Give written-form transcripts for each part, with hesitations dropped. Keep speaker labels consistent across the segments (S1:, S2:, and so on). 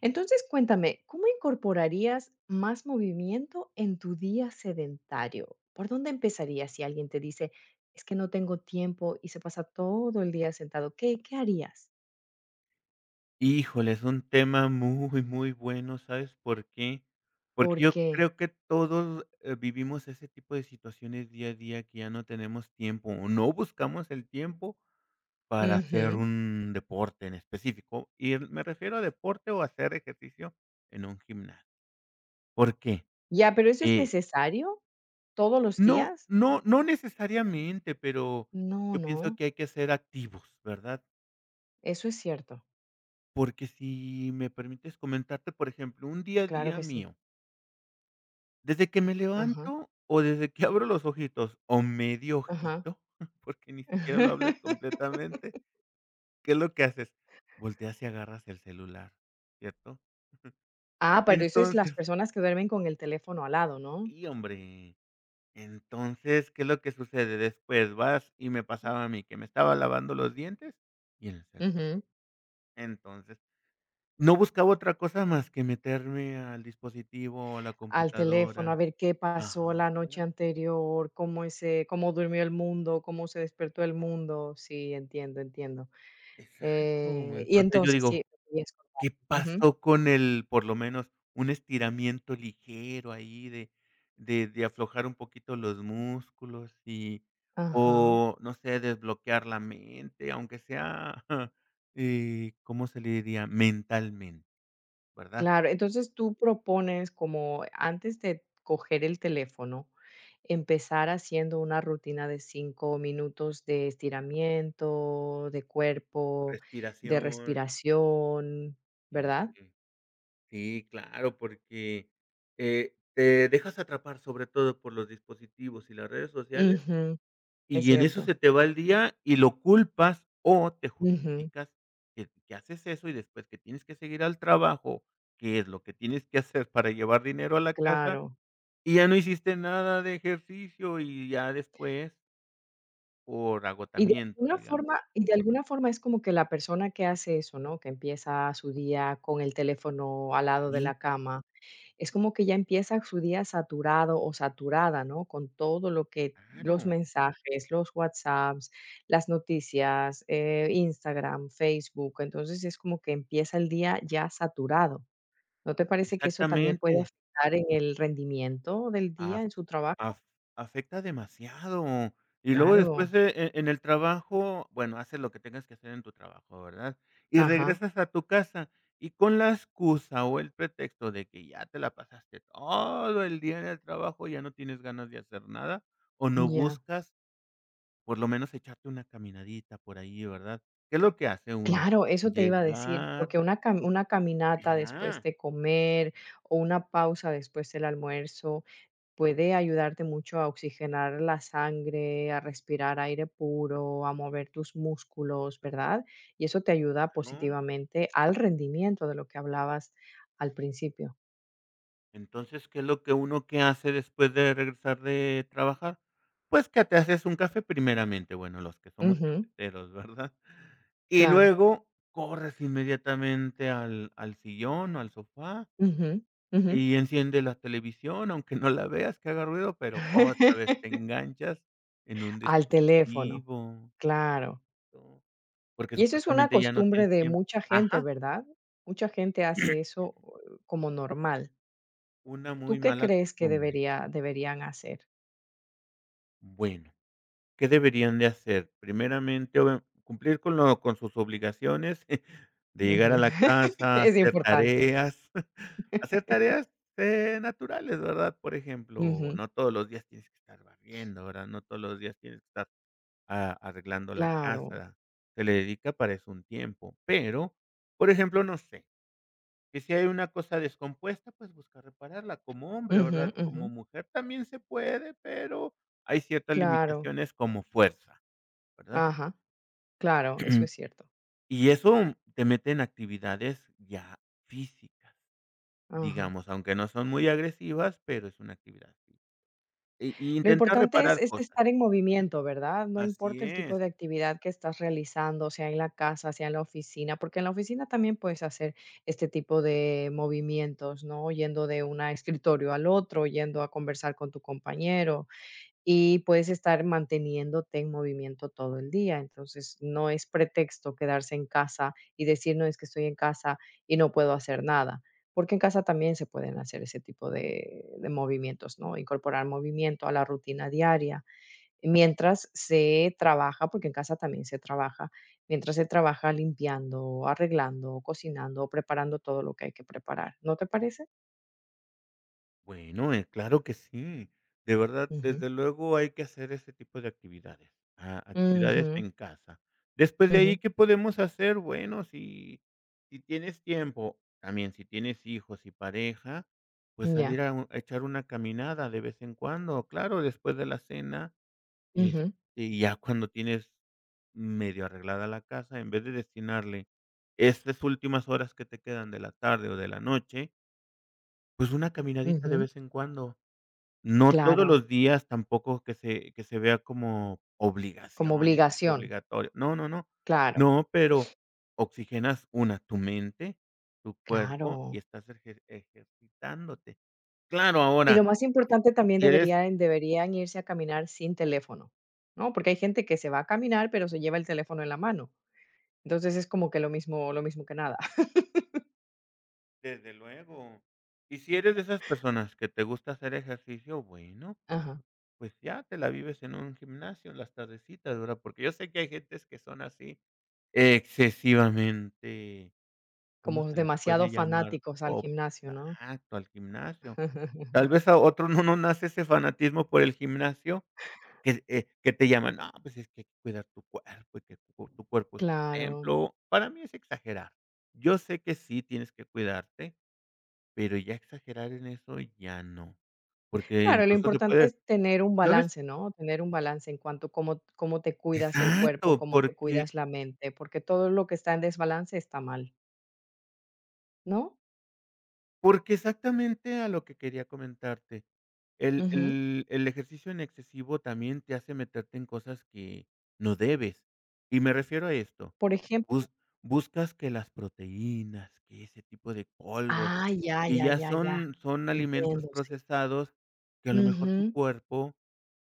S1: Entonces, cuéntame, ¿cómo incorporarías más movimiento en tu día sedentario? ¿Por dónde empezarías si alguien te dice, es que no tengo tiempo y se pasa todo el día sentado? ¿Qué harías?
S2: Híjole, es un tema muy, muy bueno, ¿sabes por qué? Porque
S1: ¿Por
S2: yo
S1: qué?
S2: creo que todos, vivimos ese tipo de situaciones día a día que ya no tenemos tiempo, o no buscamos el tiempo para hacer
S1: Ujú.
S2: un deporte en específico, me refiero a deporte o hacer ejercicio en un gimnasio. ¿Por qué?
S1: Ya, pero ¿eso es
S2: Eh,
S1: necesario todos los
S2: no
S1: días?
S2: no no necesariamente, pero
S1: No,
S2: yo
S1: no,
S2: pienso que hay que ser activos, ¿verdad?
S1: eso es cierto.
S2: Porque si me permites comentarte, por ejemplo, un día a
S1: Claro
S2: día
S1: que sí.
S2: mío. Desde que me
S1: Ajá,
S2: levanto o desde que abro los ojitos o medio
S1: ajá.
S2: ojito, porque ni siquiera lo hables completamente, ¿qué es lo que haces? Volteas y agarras el celular, ¿cierto?
S1: Ah, pero eso es las
S2: Entonces
S1: personas que duermen con el teléfono al lado, ¿no?
S2: sí, hombre. Entonces, ¿qué es lo que sucede? Después vas, y me pasaba a mí que me estaba lavando los dientes y en el celular.
S1: Ujú.
S2: Entonces, no buscaba otra cosa más que meterme al dispositivo o a la
S1: Al teléfono, a
S2: computadora.
S1: ver qué pasó la
S2: Ajá,
S1: noche anterior, cómo durmió el mundo, cómo se despertó el mundo. Sí, entiendo, entiendo.
S2: exacto.
S1: Y
S2: Entonces yo
S1: entonces,
S2: digo,
S1: sí, lo querías contar.
S2: ¿qué
S1: Ujú.
S2: pasó con, el, por lo menos, un estiramiento ligero ahí de de aflojar un poquito los músculos y
S1: Ajá,
S2: o, no sé, desbloquear la mente, aunque sea, ¿cómo se le diría? Mentalmente, ¿verdad?
S1: claro. Entonces, tú propones como antes de coger el teléfono, empezar haciendo una rutina de 5 minutos de estiramiento, de cuerpo, de
S2: Respiración,
S1: respiración,
S2: y
S1: ¿verdad?
S2: y sí, claro, porque, te dejas atrapar sobre todo por los dispositivos y las redes sociales.
S1: Ujú, es
S2: Y en eso
S1: cierto.
S2: se te va el día y lo culpas o te
S1: Ujú.
S2: justificas que haces eso y después que tienes que seguir al trabajo, que es lo que tienes que hacer para llevar dinero a la casa,
S1: Claro.
S2: y ya no hiciste nada de ejercicio y ya después por
S1: Y de
S2: agotamiento,
S1: alguna
S2: digamos.
S1: forma y de alguna forma es como que la persona que hace eso, ¿no? Que empieza su día con el teléfono al lado de
S2: Sí,
S1: la cama, es como que ya empieza su día saturado o saturada, ¿no? Con todo lo que los
S2: claro,
S1: mensajes, los WhatsApps, las noticias, Instagram, Facebook. Entonces, es como que empieza el día ya saturado. ¿No te parece que eso también puede
S2: exactamente.
S1: afectar en el rendimiento del día
S2: Af
S1: en su trabajo?
S2: af afecta demasiado. Y luego después
S1: Claro.
S2: de e en el trabajo, bueno, haces lo que tengas que hacer en tu trabajo, ¿verdad? Y
S1: Ajá.
S2: regresas a tu casa, y con la excusa o el pretexto de que ya te la pasaste todo el día en el trabajo, ya no tienes ganas de hacer nada, o no
S1: Ya.
S2: buscas, por lo menos, echarte una caminadita por ahí, ¿verdad? ¿Qué es lo que hace uno?
S1: Claro, eso te iba a decir,
S2: Llegar
S1: porque una caminata después
S2: ajá,
S1: de comer o una pausa después del almuerzo puede ayudarte mucho a oxigenar la sangre, a respirar aire puro, a mover tus músculos, ¿verdad? Y eso te ayuda
S2: claro.
S1: positivamente al rendimiento de lo que hablabas al principio.
S2: Entonces, ¿qué es lo que uno que hace después de regresar de trabajar? Pues que te haces un café primeramente, bueno, los que somos
S1: Ujú,
S2: cafeteros, ¿verdad? Y
S1: claro.
S2: luego corres inmediatamente al sillón o al sofá
S1: Ujú, ujú.
S2: y enciende la televisión, aunque no la veas, que haga ruido, pero otra vez te enganchas en un
S1: Al teléfono.
S2: dispositivo,
S1: Claro.
S2: ¿no? Porque
S1: Y eso es una
S2: supuestamente ya no
S1: costumbre
S2: tienes
S1: de
S2: tiempo.
S1: mucha gente,
S2: Ajá,
S1: ¿verdad? Mucha gente hace eso como normal.
S2: una
S1: ¿Tú
S2: muy
S1: qué
S2: mala
S1: crees que
S2: costumbre.
S1: deberían hacer?
S2: Bueno. ¿Qué deberían de hacer? Primeramente, obvia cumplir con lo con sus obligaciones de llegar a
S1: Ujú.
S2: la casa,
S1: Es
S2: hacer
S1: importante.
S2: tareas, hacer tareas, naturales, ¿verdad? Por ejemplo,
S1: Ujú.
S2: no todos los días tienes que estar barriendo, ¿verdad? No todos los días tienes que estar a arreglando la
S1: Claro.
S2: casa. Se le dedica para eso un tiempo, pero, por ejemplo, no sé, que si hay una cosa descompuesta, pues busca repararla como hombre,
S1: Ujú,
S2: ¿verdad?
S1: ujú.
S2: Como mujer también se puede, pero hay ciertas
S1: Claro.
S2: limitaciones como fuerza. ¿Verdad?
S1: Ajá. Claro, eso es cierto.
S2: Y eso te mete en actividades ya físicas,
S1: Ajá.
S2: digamos, aunque no son muy agresivas, pero es una actividad física. Y
S1: Lo
S2: intentar
S1: importante es
S2: reparar
S1: es
S2: cosas.
S1: estar en movimiento, ¿verdad? No importa
S2: Así
S1: el tipo
S2: es.
S1: de actividad que estás realizando, sea en la casa, sea en la oficina, porque en la oficina también puedes hacer este tipo de movimientos, ¿no? Yendo de un escritorio al otro, yendo a conversar con tu compañero y puedes estar manteniéndote en movimiento todo el día. Entonces, no es pretexto quedarse en casa y decir, no, es que estoy en casa y no puedo hacer nada, porque en casa también se pueden hacer ese tipo de movimientos, ¿no? Incorporar movimiento a la rutina diaria, mientras se trabaja, porque en casa también se trabaja, mientras se trabaja limpiando, arreglando, cocinando, preparando todo lo que hay que preparar. ¿No te parece?
S2: Bueno, claro que sí. De verdad,
S1: Ujú.
S2: desde luego hay que hacer ese tipo de actividades, actividades
S1: Ujú,
S2: en casa. Después de ahí,
S1: ujú,
S2: ¿qué podemos hacer? Bueno, si tienes tiempo, también si tienes hijos y pareja, pues
S1: ya.
S2: salir a echar una caminada de vez en cuando, claro, después de la cena, este,
S1: Ujú,
S2: y ya cuando tienes medio arreglada la casa, en vez de destinarle estas últimas horas que te quedan de la tarde o de la noche, pues una caminadita de
S1: ujú.
S2: vez en cuando. No todos
S1: Claro.
S2: los días, tampoco que se vea como
S1: Como
S2: obligación, es que es
S1: obligación,
S2: obligatorio. No, no, no.
S1: claro,
S2: No, pero oxigenas, una, tu mente, tu cuerpo
S1: claro.
S2: y estás ejercitándote. Claro,
S1: Y
S2: ahora,
S1: lo más
S2: si
S1: importante también
S2: si eres
S1: deberían irse a caminar sin teléfono, ¿no? Porque hay gente que se va a caminar, pero se lleva el teléfono en la mano. Entonces es como que lo mismo que nada.
S2: desde luego. Y si eres de esas personas que te gusta hacer ejercicio, bueno,
S1: Ajá.
S2: pues ya te la vives en un gimnasio en las tardecitas, ¿verdad? Porque yo sé que hay gentes que son así, excesivamente ¿cómo
S1: Como
S2: se les
S1: demasiado
S2: puede llamar?
S1: fanáticos al
S2: Ob
S1: gimnasio, ¿no?
S2: exacto, al gimnasio. Tal vez a otro no nace ese fanatismo por el gimnasio que te llaman, no, pues es que hay que cuidar tu cuerpo y que tu cuerpo es tu
S1: Claro.
S2: templo. Para mí es exagerar. Yo sé que sí tienes que cuidarte, pero ya exagerar en eso ya no, porque
S1: Claro, lo
S2: incluso se
S1: importante
S2: puede,
S1: es tener un
S2: ¿sabes?
S1: balance, ¿no? Tener un balance en cuanto a cómo te cuidas el cuerpo,
S2: Exacto,
S1: cómo te
S2: porque
S1: cuidas la mente, porque todo lo que está en desbalance está mal, ¿no?
S2: porque exactamente a lo que quería comentarte, el
S1: Ujú.
S2: el el ejercicio en excesivo también te hace meterte en cosas que no debes. Y me refiero a esto,
S1: Por ejemplo.
S2: bus buscas que las proteínas, que ese tipo de polvos,
S1: Ah, ya,
S2: y
S1: ya,
S2: ya
S1: ya, ya.
S2: son alimentos
S1: Entiendo, sí.
S2: procesados que a lo mejor tu
S1: Ujú.
S2: cuerpo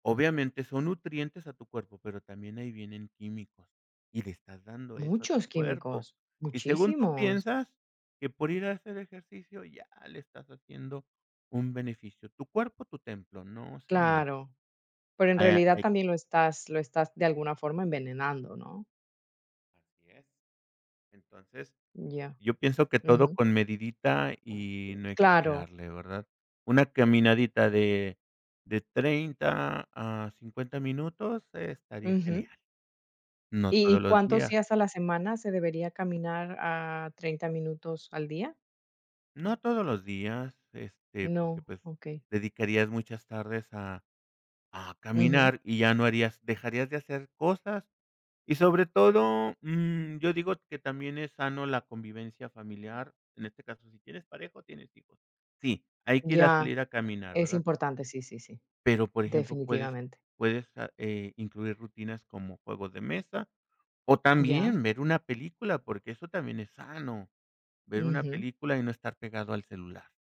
S2: obviamente son nutrientes a tu cuerpo, pero también ahí vienen químicos y le estás dando eso a tu
S1: Muchos
S2: cuerpo.
S1: químicos,
S2: Y según tú
S1: muchísimos.
S2: piensas que por ir a hacer ejercicio ya le estás haciendo un beneficio. Tu cuerpo, tu templo. No, señor.
S1: Claro, pero en
S2: Ah,
S1: realidad
S2: hay
S1: también lo estás de alguna forma envenenando, ¿no?
S2: Así es. Entonces
S1: Ya,
S2: yo pienso que todo
S1: ujú.
S2: con medidita y no
S1: Claro,
S2: exagerarle, ¿verdad? Una caminadita de 30 a 50 minutos estaría
S1: ujú.
S2: genial. No
S1: ¿Y
S2: todos
S1: y
S2: los
S1: cuántos
S2: días,
S1: días a la semana se debería caminar a 30 minutos al día?
S2: no todos los días, este,
S1: No,
S2: porque, pues,
S1: okey.
S2: dedicarías muchas tardes a
S1: Ujú.
S2: caminar y ya no harías dejarías de hacer cosas y sobre todo, yo digo que también es sano la convivencia familiar, en este caso, si tienes pareja o tienes hijos. Sí, hay que ir a
S1: Ya,
S2: salir a caminar,
S1: es
S2: ¿verdad?
S1: importante, sí, sí, sí,
S2: Pero, por ejemplo, puedes
S1: definitivamente.
S2: puedes, ah, eh, incluir rutinas como juegos de mesa, o
S1: Ya,
S2: también ver una película, porque eso también es sano, ver una
S1: ujú.
S2: película y no estar pegado al celular.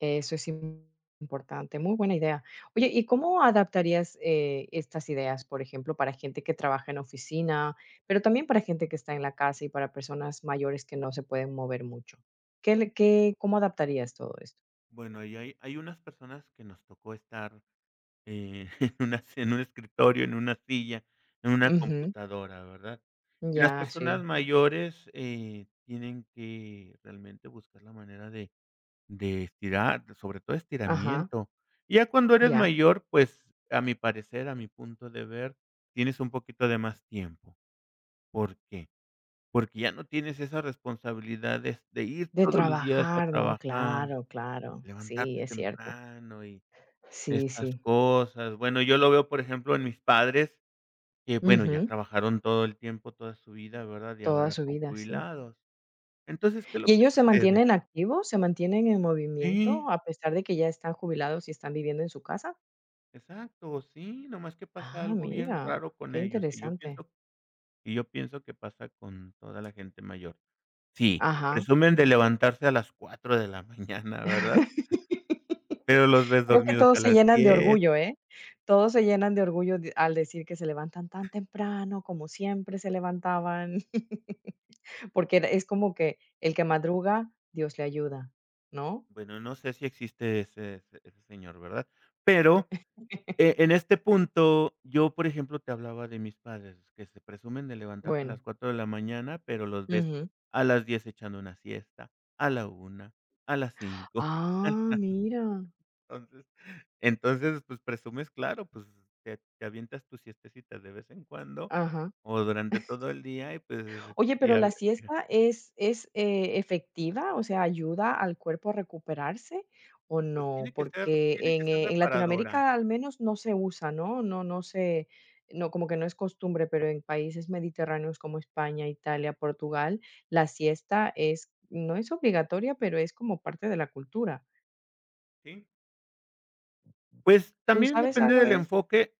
S1: Eso es importante, muy buena idea. Oye, ¿y cómo adaptarías, estas ideas, por ejemplo, para gente que trabaja en oficina, pero también para gente que está en la casa y para personas mayores que no se pueden mover mucho? ¿Qué le qué cómo adaptarías todo esto?
S2: Bueno, y hay unas personas que nos tocó estar, eh, en un escritorio, en una silla, en una
S1: Ujú,
S2: computadora, ¿verdad? Y las
S1: ya,
S2: personas
S1: sí,
S2: mayores, tienen que realmente buscar la manera de estirar, sobre todo
S1: ajá,
S2: estiramiento. Ya cuando eres
S1: ya.
S2: mayor, pues, a mi parecer, a mi punto de ver, tienes un poquito de más tiempo. ¿Por qué? Porque ya no tienes esas responsabilidades de ir
S1: De
S2: todos los días a
S1: trabajar, no,
S2: trabajar,
S1: claro, claro, sí,
S2: levantarte
S1: es cierto.
S2: temprano y
S1: Sí,
S2: estas
S1: sí,
S2: cosas. Bueno, yo lo veo, por ejemplo, en mis padres, que, bueno, ya
S1: ujú,
S2: trabajaron todo el tiempo, toda su vida, ¿verdad? Y
S1: toda
S2: ahora
S1: su
S2: son
S1: vida, sí.
S2: jubilados. Entonces, ¿qué es lo
S1: ¿Y
S2: que
S1: ellos se
S2: sucede?
S1: mantienen activos? ¿Se mantienen en
S2: Sí.
S1: movimiento a pesar de que ya están jubilados y están viviendo en su casa?
S2: Exacto, sí, nomás que pasa
S1: Ah,
S2: algo bien
S1: mira,
S2: raro con
S1: qué
S2: ellos,
S1: interesante.
S2: y yo pienso que pasa con toda la gente mayor. Sí,
S1: Ajá.
S2: presumen de levantarse a las 4 de la mañana, ¿verdad? Pero los ves
S1: Creo que
S2: dormidos
S1: todos
S2: a
S1: se
S2: las
S1: llenan de
S2: 10.
S1: orgullo, ¿eh? Todos se llenan de orgullo de al decir que se levantan tan temprano, como siempre se levantaban. Porque era es como que el que madruga, Dios le ayuda, ¿no?
S2: Bueno, no sé si existe ese señor, ¿verdad? Pero, en este punto, yo, por ejemplo, te hablaba de mis padres, que se presumen de levantarse a
S1: Bueno,
S2: las 4 de la mañana, pero los ves
S1: ujú.
S2: a las 10 echando una siesta, a la 1, a las 5.
S1: Ah, mira.
S2: Entonces entonces, pues, presumes, claro, pues, te avientas tus siestecitas de vez en cuando,
S1: Ajá.
S2: o durante todo el día y, pues,
S1: Oye,
S2: y
S1: pero
S2: a
S1: la siesta es efectiva, o sea, ¿ayuda al cuerpo a recuperarse o
S2: pues,
S1: no?
S2: tiene que ser
S1: Porque en
S2: reparadora,
S1: Latinoamérica al menos no se usa, ¿no? No no se no, como que no es costumbre, pero en países mediterráneos como España, Italia, Portugal, la siesta es no es obligatoria, pero es como parte de la cultura.
S2: ¿sí? Pues,
S1: ¿Tú
S2: también
S1: sabes algo de eso?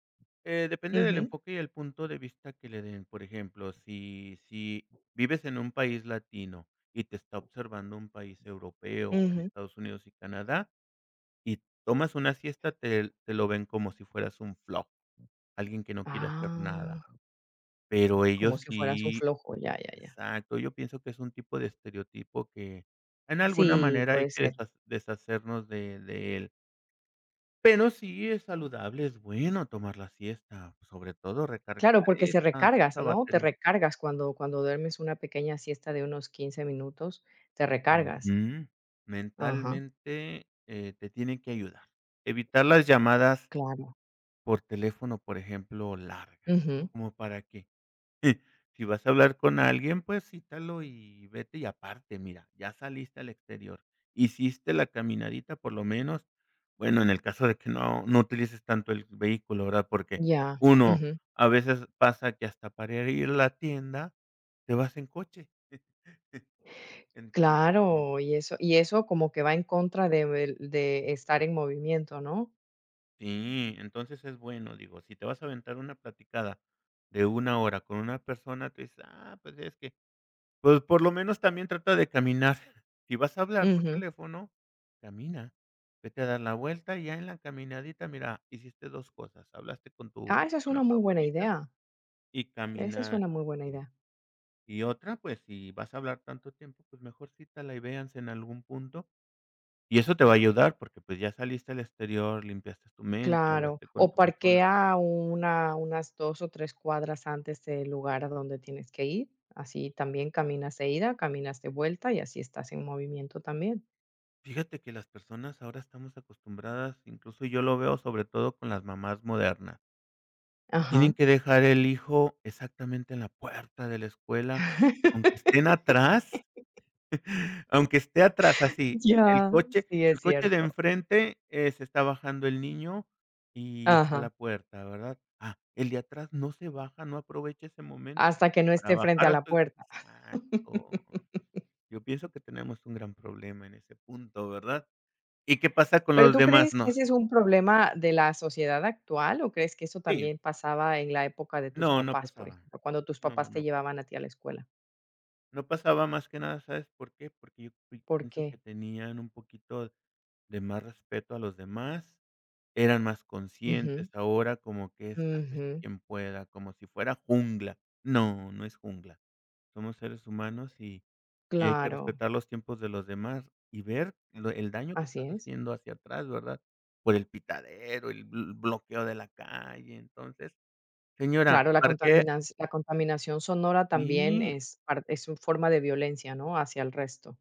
S2: depende del
S1: Ujú,
S2: enfoque y el punto de vista que le den. Por ejemplo, si vives en un país latino y te está observando un país europeo, o en
S1: ujú.
S2: Estados Unidos y Canadá, y tomas una siesta, te lo ven como si fueras un flojo, alguien que no quiere hacer nada.
S1: Ah,
S2: Pero
S1: como
S2: ellos
S1: si fueras un
S2: sí
S1: flojo, ya, ya, ya.
S2: exacto, yo pienso que es un tipo de estereotipo que, en alguna
S1: Sí,
S2: manera, hay
S1: puede
S2: que
S1: ser.
S2: deshacernos de él. Pero sí es saludable, es bueno tomar la siesta, sobre todo recargar
S1: Claro, porque se
S2: esa
S1: recargas,
S2: esa
S1: ¿no? Te
S2: batería.
S1: recargas cuando duermes una pequeña siesta de unos 15 minutos, te recargas.
S2: Ujú.
S1: Ajá,
S2: Mentalmente, te tiene que ayudar. Evitar las llamadas
S1: claro.
S2: por teléfono, por ejemplo, largas,
S1: Ujú,
S2: como para qué. Si vas a hablar con alguien, pues cítalo y vete, y aparte, mira, ya saliste al exterior, hiciste la caminadita por lo menos, bueno, en el caso de que no utilices tanto el vehículo, ¿verdad? Porque
S1: ya,
S2: uno,
S1: ujú.
S2: a veces pasa que hasta para ir a la tienda te vas en coche. Entonces
S1: Claro, y eso como que va en contra de el de estar en movimiento, ¿no?
S2: sí, entonces es bueno, digo, si te vas a aventar una platicada de 1 hora con una persona, te dices: "Ah, pues es que pues, por lo menos también trata de caminar". Si vas a hablar por
S1: Ujú.
S2: teléfono, camina. Vete a dar la vuelta y ya en la caminadita, mira, hiciste 2 cosas, hablaste con tu
S1: Ah, esa es
S2: persona
S1: una muy buena
S2: favorita
S1: idea,
S2: y
S1: esa es
S2: caminar.
S1: una muy buena
S2: Sí.
S1: idea.
S2: Y otra, pues, si vas a hablar tanto tiempo, pues, mejor cítala y véanse en algún punto, y eso te va a ayudar porque, pues, ya saliste al exterior, limpiaste tu mente,
S1: Claro,
S2: hablaste con
S1: o
S2: tu persona.
S1: parquea unas 2 o 3 cuadras antes del lugar a donde tienes que ir, así también caminas de ida, caminas de vuelta y así estás en movimiento también.
S2: Fíjate que las personas ahora estamos acostumbradas, incluso yo lo veo sobre todo con las mamás modernas. Tienen
S1: Ajá.
S2: que dejar el hijo exactamente en la puerta de la escuela, aunque estén atrás, aunque esté atrás, así,
S1: Ya, sí, es
S2: el coche de
S1: cierto.
S2: enfrente, se está bajando el niño y está
S1: Ajá,
S2: la puerta, ¿verdad? Ah, el de atrás no se baja, no aprovecha ese momento
S1: hasta que no
S2: para
S1: esté frente a
S2: bajar a
S1: la
S2: su
S1: puerta.
S2: exacto. Yo pienso que tenemos un gran problema en ese punto, ¿verdad? ¿Y qué pasa con
S1: ¿Pero
S2: los
S1: tú
S2: demás?
S1: crees que
S2: No,
S1: ese es un problema de la sociedad actual o crees que eso
S2: sí,
S1: también pasaba en la época de tus
S2: no, no
S1: papás, por
S2: pasaba.
S1: ejemplo, cuando tus
S2: No,
S1: papás te
S2: no.
S1: llevaban a ti a la escuela?
S2: No pasaba más que nada, ¿sabes por qué? Porque yo pi
S1: ¿Por
S2: pienso
S1: qué?
S2: que tenían un poquito de más respeto a los demás, eran más
S1: Ujú,
S2: conscientes, ahora como que es sálvese
S1: ujú.
S2: quien pueda, como si fuera jungla. No, no es jungla. Somos seres humanos y hay que
S1: Claro,
S2: respetar los tiempos de los demás y ver lo el daño que
S1: así
S2: estás
S1: es.
S2: haciendo hacia atrás, ¿verdad? Por el pitadero, el bl bloqueo de la calle. Entonces, señora,
S1: Claro, la
S2: parquee
S1: contaminac la contaminación sonora también
S2: sí.
S1: es un forma de violencia, ¿no?, hacia el resto.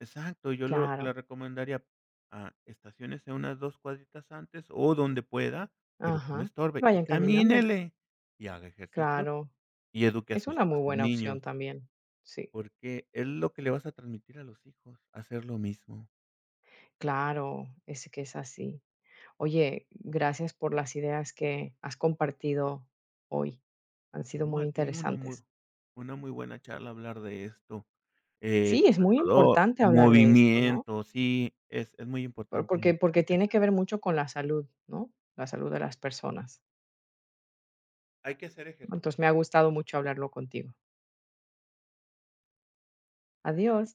S2: Exacto, yo lo le
S1: Claro,
S2: recomendaría, a estaciones a unas 2 cuadritas antes o donde pueda, pero que no
S1: ajá.
S2: estorbe, y
S1: Vayan caminando,
S2: camínele, y haga ejercicio,
S1: claro.
S2: y eduque a
S1: Es
S2: sus
S1: una
S2: a
S1: muy
S2: sus
S1: buena
S2: niños,
S1: opción también. Sí,
S2: porque es lo que le vas a transmitir a los hijos, hacer lo mismo,
S1: claro, es que es así. Oye, gracias por las ideas que has compartido hoy. Han sido
S2: ¿no?
S1: muy
S2: A ti
S1: interesantes.
S2: una muy buena charla hablar de esto,
S1: Sí, es
S2: sobre
S1: muy
S2: todo
S1: importante hablar de esto, ¿no?
S2: movimiento, sí, es muy
S1: Por
S2: importante,
S1: porque
S2: hay
S1: porque
S2: que
S1: tiene
S2: hacer
S1: que ver mucho con la salud, ¿no? La salud de las personas.
S2: hay que hacer ejercicio.
S1: Entonces, me ha gustado mucho hablarlo contigo. Adiós.